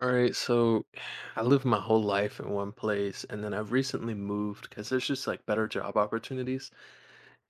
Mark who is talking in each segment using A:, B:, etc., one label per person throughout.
A: All right, so I lived my whole life in one place, and then I've recently moved because there's just like better job opportunities.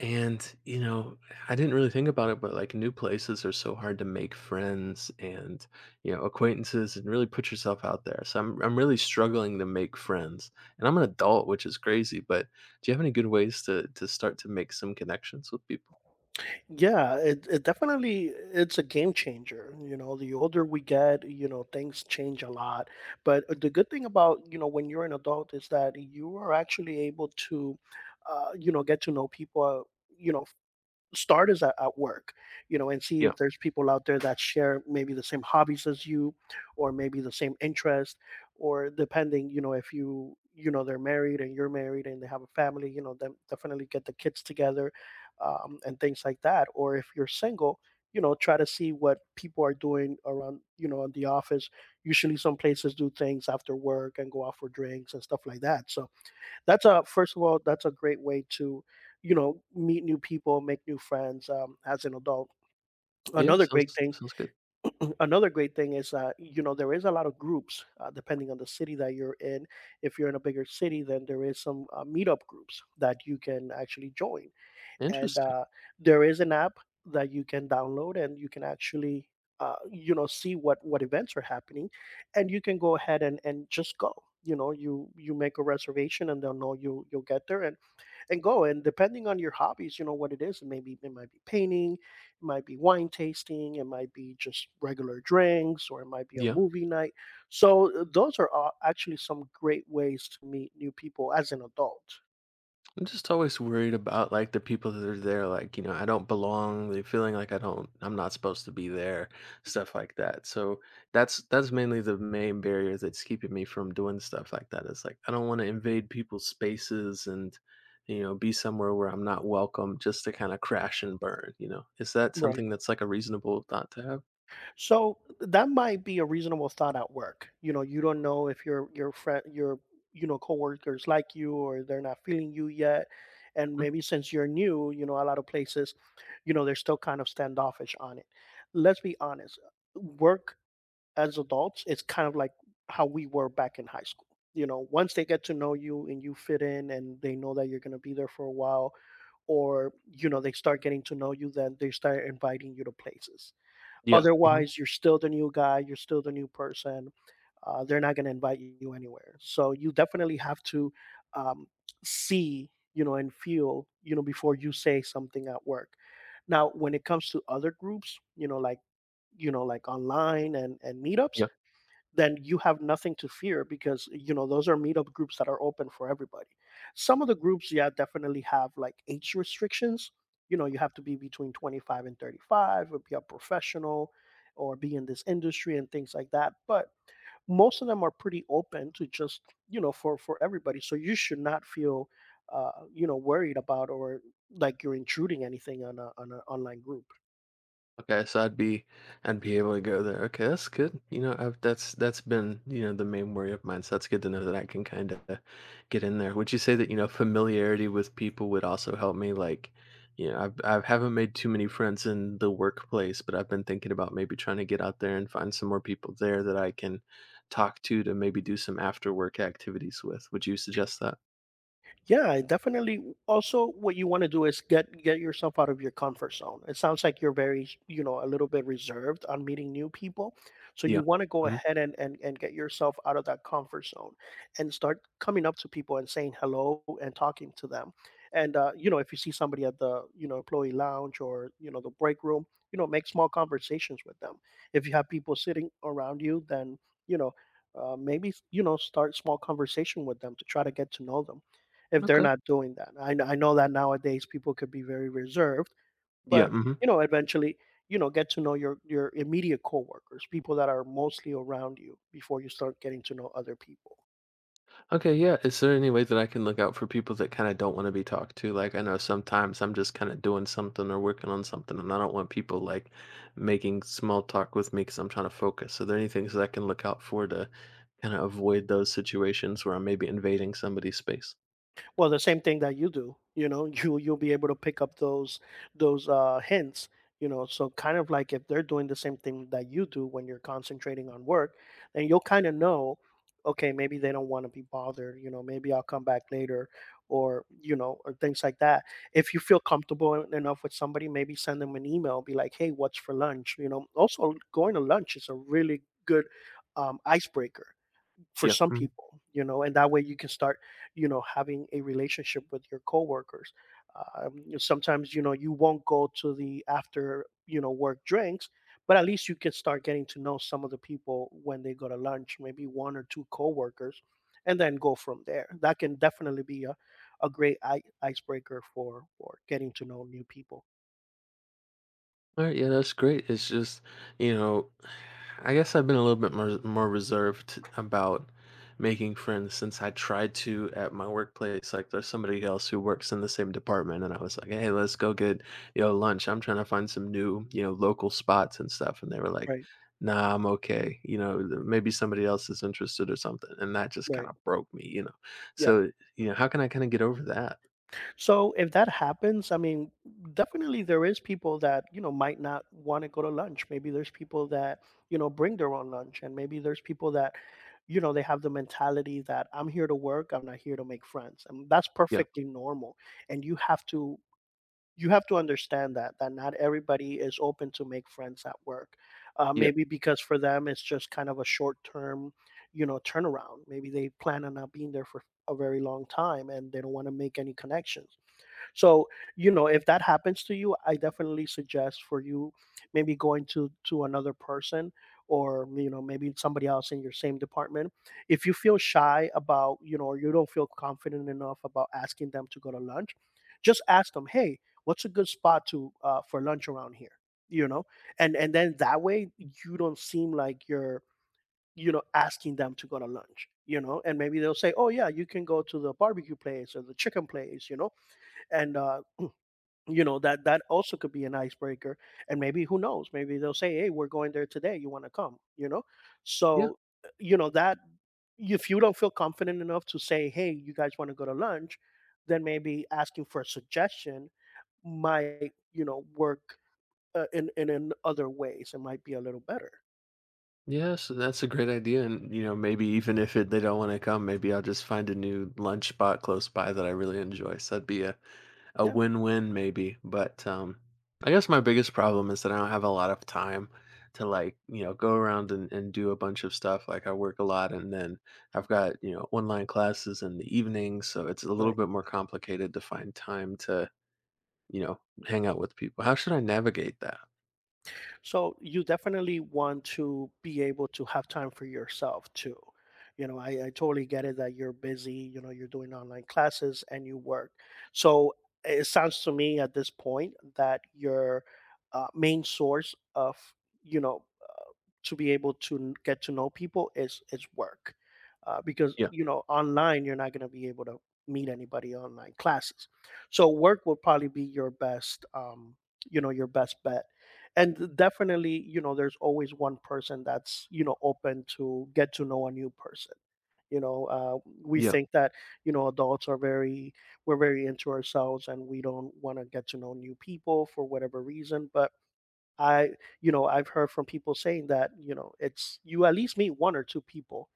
A: And, you know, I didn't really think about it, but like new places are so hard to make friends and, you know, acquaintances and really put yourself out there. So I'm really struggling to make friends. And I'm an adult, which is crazy, but do you have any good ways to start to make some connections with people?
B: Yeah, it definitely it's a game changer. You know, the older we get, you know, things change a lot. But the good thing about, you know, when you're an adult is that you are actually able to you know, get to know people, you know, starters at work, you know, and see
A: Yeah.
B: if there's people out there that share maybe the same hobbies as you, or maybe the same interest, or depending, you know, if you, you know, they're married and you're married and they have a family, you know, then definitely get the kids together, and things like that. Or if you're single, you know, try to see what people are doing around, you know, in the office. Usually some places do things after work and go out for drinks and stuff like that, so that's a first of all, that's a great way to, you know, meet new people, make new friends, as an adult.
A: Yeah,
B: Another great
A: sounds,
B: thing
A: sounds good.
B: Another great thing is that, you know, there is a lot of groups, depending on the city that you're in. If you're in a bigger city, then there is some meetup groups that you can actually join. And
A: Interesting.
B: There is an app that you can download and you can actually, you know, see what events are happening, and you can go ahead and just go. You know, you make a reservation and they'll know you, you'll get there and go. And depending on your hobbies, you know what it is. It maybe it might be painting, it might be wine tasting, it might be just regular drinks, or it might be a
A: Yeah.
B: movie night. So those are all actually some great ways to meet new people as an adult.
A: I'm just always worried about like the people that are there, like, you know, I don't belong, they're feeling like I'm not supposed to be there, stuff like that. So that's mainly the main barrier that's keeping me from doing stuff like that. It's like I don't want to invade people's spaces and, you know, be somewhere where I'm not welcome just to kind of crash and burn, Is that something that's like a reasonable thought to have?
B: So that might be a reasonable thought at work. You know, you don't know if your friend, your, you know, coworkers like you or they're not feeling you yet. And
A: Mm,
B: maybe since you're new, you know, a lot of places, you know, they're still kind of standoffish on it. Let's be honest. Work as adults, it's kind of like how we were back in high school. You know, once they get to know you and you fit in and they know that you're gonna be there for a while, or you know, they start getting to know you, then they start inviting you to places.
A: yeah. Mhm, yeah.
B: Otherwise, you're still the new guy, you're still the new person. They're not going to invite you anywhere. So you definitely have to, um, see, you know, and feel, you know, before you say something at work. Now, when it comes to other groups, you know, like, you know, like online and meetups,
A: Hmm.
B: then you have nothing to fear, because you know those are meetup groups that are open for everybody. Some of the groups, yeah, definitely have like age restrictions. You know, you have to be between 25 and 35, or be a professional, or be in this industry and things like that, but most of them are pretty open to just, you know, for everybody, so you should not feel, you know, worried about, or like you're intruding anything on a on an online group.
A: Okay, so I'd be able to go there. Okay, that's good. You know, I've That's been, you know, the main worry of mine. So that's good to know that I can kind of get in there. Would you say that, you know, familiarity with people would also help me like, you know, I haven't made too many friends in the workplace, but I've been thinking about maybe trying to get out there and find some more people there that I can talk to maybe do some after work activities with. Would you suggest that?
B: Yeah, definitely. Also, what you want to do is get yourself out of your comfort zone. It sounds like you're very, you know, a little bit reserved on meeting new people. So you
A: Yeah.
B: want to go
A: Hmm.
B: ahead and get yourself out of that comfort zone and start coming up to people and saying hello and talking to them. And you know, if you see somebody at the, you know, employee lounge or, you know, the break room, you know, make small conversations with them. If you have people sitting around you, then, you know, maybe, you know, start small conversation with them to try to get to know them if they're
A: Okay.
B: not doing that. I know that nowadays people could be very reserved,
A: Yeah.
B: but,
A: Mhm.
B: you know, eventually, you know, get to know your immediate coworkers, people that are mostly around you before you start getting to know other people.
A: Okay, yeah. Is there any way that I can look out for people that kind of don't want to be talked to? Like, I know sometimes I'm just kind of doing something or working on something, and I don't want people like making small talk with me because I'm trying to focus. Are there any things that I can look out for to kind of avoid those situations where I'm maybe invading somebody's space?
B: Well, the same thing that you do, you know, you you'll be able to pick up those hints, you know, so kind of like if they're doing the same thing that you do when you're concentrating on work, then you'll kind of know, okay, maybe they don't want to be bothered. You know, maybe I'll come back later, or you know, or things like that. If you feel comfortable enough with somebody, maybe send them an email, be like, "Hey, what's for lunch?" You know, also going to lunch is a really good, icebreaker for
A: Yeah.
B: some people, you know, and that way you can start, you know, having a relationship with your coworkers. You know, sometimes, you know, you won't go to the after, you know, work drinks, but at least you can start getting to know some of the people when they go to lunch, maybe one or two coworkers, and then go from there. That can definitely be a great icebreaker for getting to know new people.
A: All right, yeah, that's great. It's just, you know, I guess I've been a little bit more reserved about making friends since I tried to at my workplace. Like, there's somebody else who works in the same department, and I was like, "Hey, let's go get, you know, lunch. I'm trying to find some new, you know, local spots and stuff." And they were like,
B: Right.
A: "Nah, I'm okay. You know, maybe somebody else is interested or something." And that just kind
B: Right.
A: of broke me, you know.
B: Yeah.
A: So, you know, how can I kind of get over that?
B: So if that happens, I mean, definitely there is people that, you know, might not want to go to lunch. Maybe there's people that, you know, bring their own lunch, and maybe there's people that, you know, they have the mentality that I'm here to work, I'm not here to make friends. And that's
A: Yeah,
B: perfectly normal. And you have to understand that not everybody is open to make friends at work.
A: yeah,
B: Maybe because for them it's just kind of a short term, you know, turnaround. Maybe they plan on not being there for a very long time and they don't want to make any connections, so, you know, if that happens to you, I definitely suggest for you maybe going to another person, or you know, maybe somebody else in your same department. If you feel shy about, you know, or you don't feel confident enough about asking them to go to lunch, just ask them, "Hey, what's a good spot to for lunch around here?" You know? And then that way you don't seem like you're, you know, asking them to go to lunch, you know, and maybe they'll say, oh, yeah, you can go to the barbecue place or the chicken place, you know. And you know, that that also could be an icebreaker, and maybe who knows, maybe they'll say, "Hey, we're going there today, you want to come?" You know,
A: yeah.
B: so you know that if you don't feel confident enough to say, "Hey, you guys want to go to lunch," then maybe asking for a suggestion might, you know, work in in other ways. It might be a little better.
A: Yeah, so that's a great idea, and, you know, maybe even if it they don't wanna come, maybe I'll just find a new lunch spot close by that I really enjoy, so that'd be a
B: Yeah.
A: win-win maybe, but, I guess my biggest problem is that I don't have a lot of time to, like, you know, go around and do a bunch of stuff, like, I work a lot, and then I've got, you know, online classes in the evenings, so it's a little
B: Right.
A: bit more complicated to find time to, you know, hang out with people. How should I navigate that?
B: So you definitely want to be able to have time for yourself too. You know, I totally get it that you're busy, you know, you're doing online classes and you work. So it sounds to me at this point that your main source of, you know, to be able to get to know people is work. Because,
A: Yeah.
B: you know, online you're not going to be able to meet anybody online classes, so work will probably be your best, you know, your best bet. And definitely, you know, there's always one person that's, you know, open to get to know a new person. You know, we
A: Yeah.
B: think that, you know, adults are very, we're very into ourselves and we don't want to get to know new people for whatever reason, but I, you know, I've heard from people saying that, you know, it's you at least meet one or two people,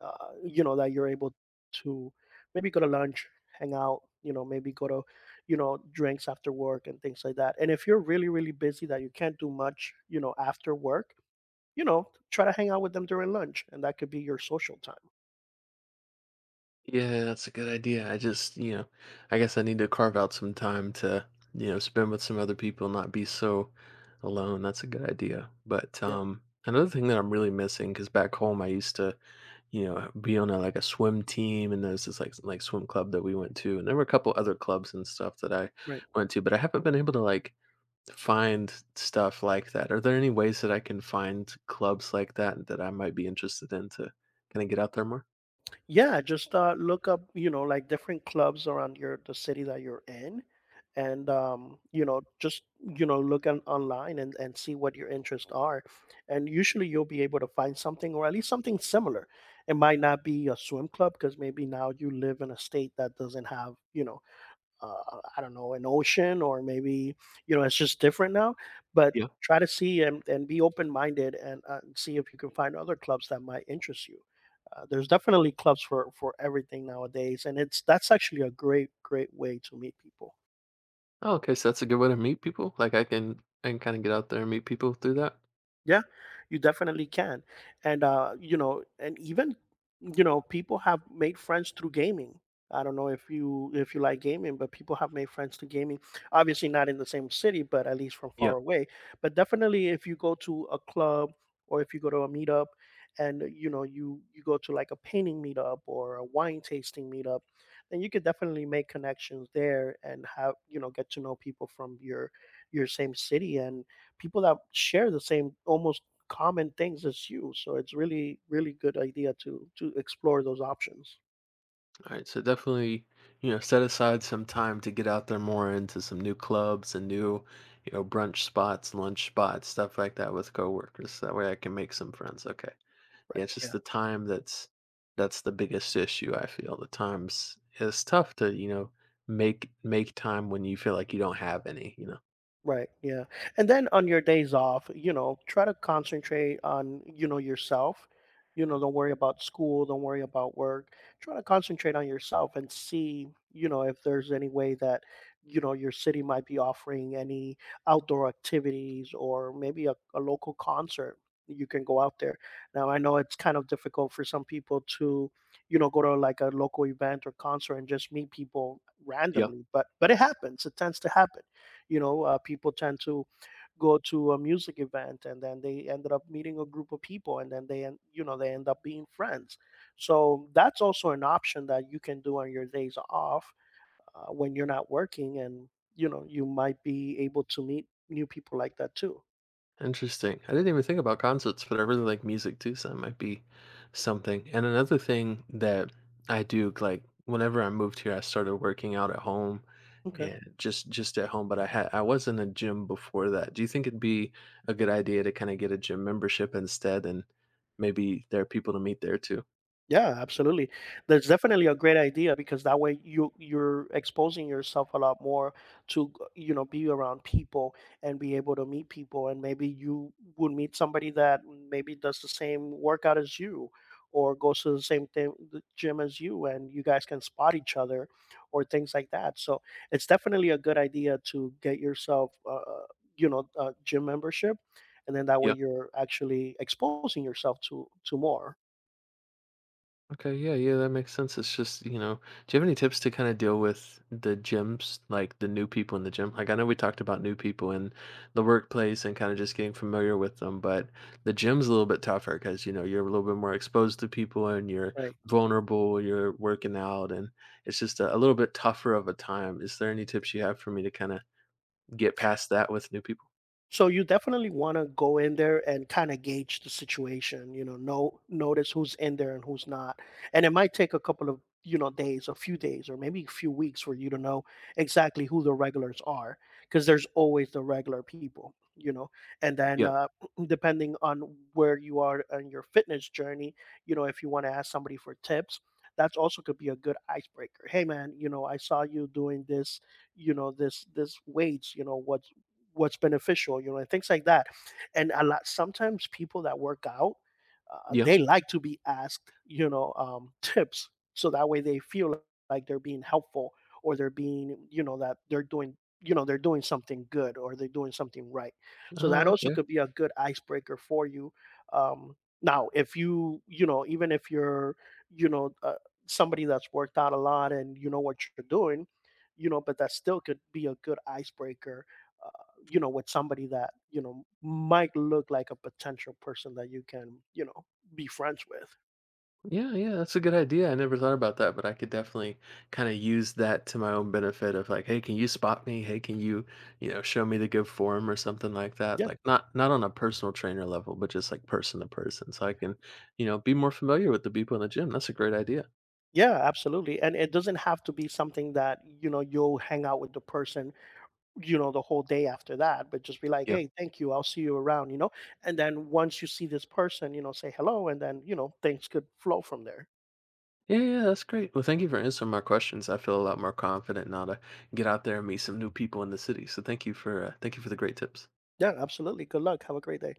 B: you know, that you're able to maybe go to lunch, hang out, you know, maybe go to, you know, drinks after work and things like that. And if you're really really busy that you can't do much, you know, after work, you know, try to hang out with them during lunch, and that could be your social time.
A: Yeah, that's a good idea. I just, you know, I guess I need to carve out some time to, you know, spend with some other people, not be so alone. That's a good idea. But
B: Yeah.
A: another thing that I'm really missing cuz back home I used to, you know, be on a like a swim team and there's this like like swim club that we went to and there were a couple other clubs and stuff that I
B: Right.
A: went to, but I haven't been able to like find stuff like that. Are there any ways that I can find clubs like that that I might be interested in to kind of get out there more?
B: Yeah, just look up, you know, like different clubs around your the city that you're in, and you know, just, you know, look on, online, and see what your interests are, and usually you'll be able to find something, or at least something similar. It might not be a swim club because maybe now you live in a state that doesn't have, you know, I don't know, an ocean, or maybe, you know, it's just different now. But try to see and be open minded, and see if you can find other clubs that might interest you. There's definitely clubs for everything nowadays. And it's that's actually a great, great way to meet people.
A: Oh, okay, so that's a good way to meet people. Like I can kind of get out there and meet people through that.
B: Yeah, you definitely can. And you know, and even you know, People have made friends through gaming. I don't know if you like gaming, but people have made friends through gaming. Obviously not in the same city, but at least from
A: Yeah.
B: far away. But definitely if you go to a club or if you go to a meetup and you go to like a painting meetup or a wine tasting meetup, then you could definitely make connections there and have, you know, get to know people from your same city and people that share the same almost common things as you. So it's really, really good idea to explore those options.
A: All right, so definitely, you know, set aside some time to get out there more into some new clubs and new, you know, brunch spots, lunch spots, stuff like that with coworkers, so that way I can make some friends. Okay. Yeah, it's just
B: Right.
A: the time that's the biggest issue I feel. The times it's tough to, you know, make time when you feel like you don't have any, you know.
B: Right, yeah. And then on your days off, you know, try to concentrate on, you know, yourself. You know, don't worry about school, don't worry about work. Try to concentrate on yourself and see, you know, if there's any way that, you know, your city might be offering any outdoor activities or maybe a local concert. You can go out there. Now, I know it's kind of difficult for some people to, you know, go to like a local event or concert and just meet people randomly, but it happens. It tends to happen, you know, people tend to go to a music event and then they ended up meeting a group of people and then they end, you know, they end up being friends. So that's also an option that you can do on your days off when you're not working, and you know you might be able to meet new people like that too.
A: Interesting. I didn't even think about concerts, but I really like music too, so that might be something. And another thing that I do, like whenever I moved here, I started working out at home
B: Okay.
A: and just at home, but I was in a gym before that. Do you think it'd be a good idea to kind of get a gym membership instead and maybe there are people to meet there too?
B: Yeah, absolutely. That's definitely a great idea because that way you're exposing yourself a lot more to you know, be around people and be able to meet people, and maybe you would meet somebody that maybe does the same workout as you or goes to the same thing the gym as you, and you guys can spot each other or things like that. So it's definitely a good idea to get yourself you know, a gym membership, and then that way
A: Yeah.
B: you're actually exposing yourself to more,
A: Okay, yeah, yeah, that makes sense. It's just, you know, do you have any tips to kind of deal with the gyms, like the new people in the gym? Like I know we talked about new people in the workplace and kind of just getting familiar with them, but the gym's a little bit tougher because, you know, you're a little bit more exposed to people and you're
B: right?
A: vulnerable, you're working out, and it's just a little bit tougher of a time. Is there any tips you have for me to kind of get past that with new people?
B: So you definitely want to go in there and kind of gauge the situation, you know, notice who's in there and who's not. And it might take a couple of, you know, days, a few days or maybe a few weeks for you to know exactly who the regulars are, because there's always the regular people, you know. And then
A: Yeah.
B: depending on where you are on your fitness journey, you know, if you want to ask somebody for tips, that's also could be a good icebreaker. Hey man, you know, I saw you doing this, you know, this weights, you know, what what's beneficial, you know, and things like that. And a lot sometimes people that work out,
A: Yeah.
B: they like to be asked, you know, tips, so that way they feel like they're being helpful or they're being, you know, that they're doing, you know, they're doing something good or they're doing something right. So that
A: Oh,
B: also
A: okay.
B: could be a good icebreaker for you. Um, Now, if you, you know, even if you're, you know, somebody that's worked out a lot and you know what you're doing, you know, but that still could be a good icebreaker, uh, you know, with somebody that, you know, might look like a potential person that you can, you know, be friends with.
A: Yeah, yeah, that's a good idea. I never thought about that, but I could definitely kind of use that to my own benefit of like, hey, can you spot me? Hey, can you, you know, show me the good form or something like that?
B: Yeah.
A: Like not on a personal trainer level, but just like person to person. So I can, you know, be more familiar with the people in the gym. That's a great idea.
B: Yeah, absolutely. And it doesn't have to be something that, you know, you'll hang out with the person, you know, the whole day after that, but just be like,
A: Yeah.
B: hey, thank you, I'll see you around, you know? And then once you see this person, you know, say hello and then, you know, things could flow from there.
A: Yeah, yeah, that's great. Well, thank you for answering my questions. I feel a lot more confident now to get out there and meet some new people in the city. So thank you for the great tips.
B: Yeah, absolutely. Good luck. Have a great day.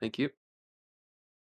A: Thank you.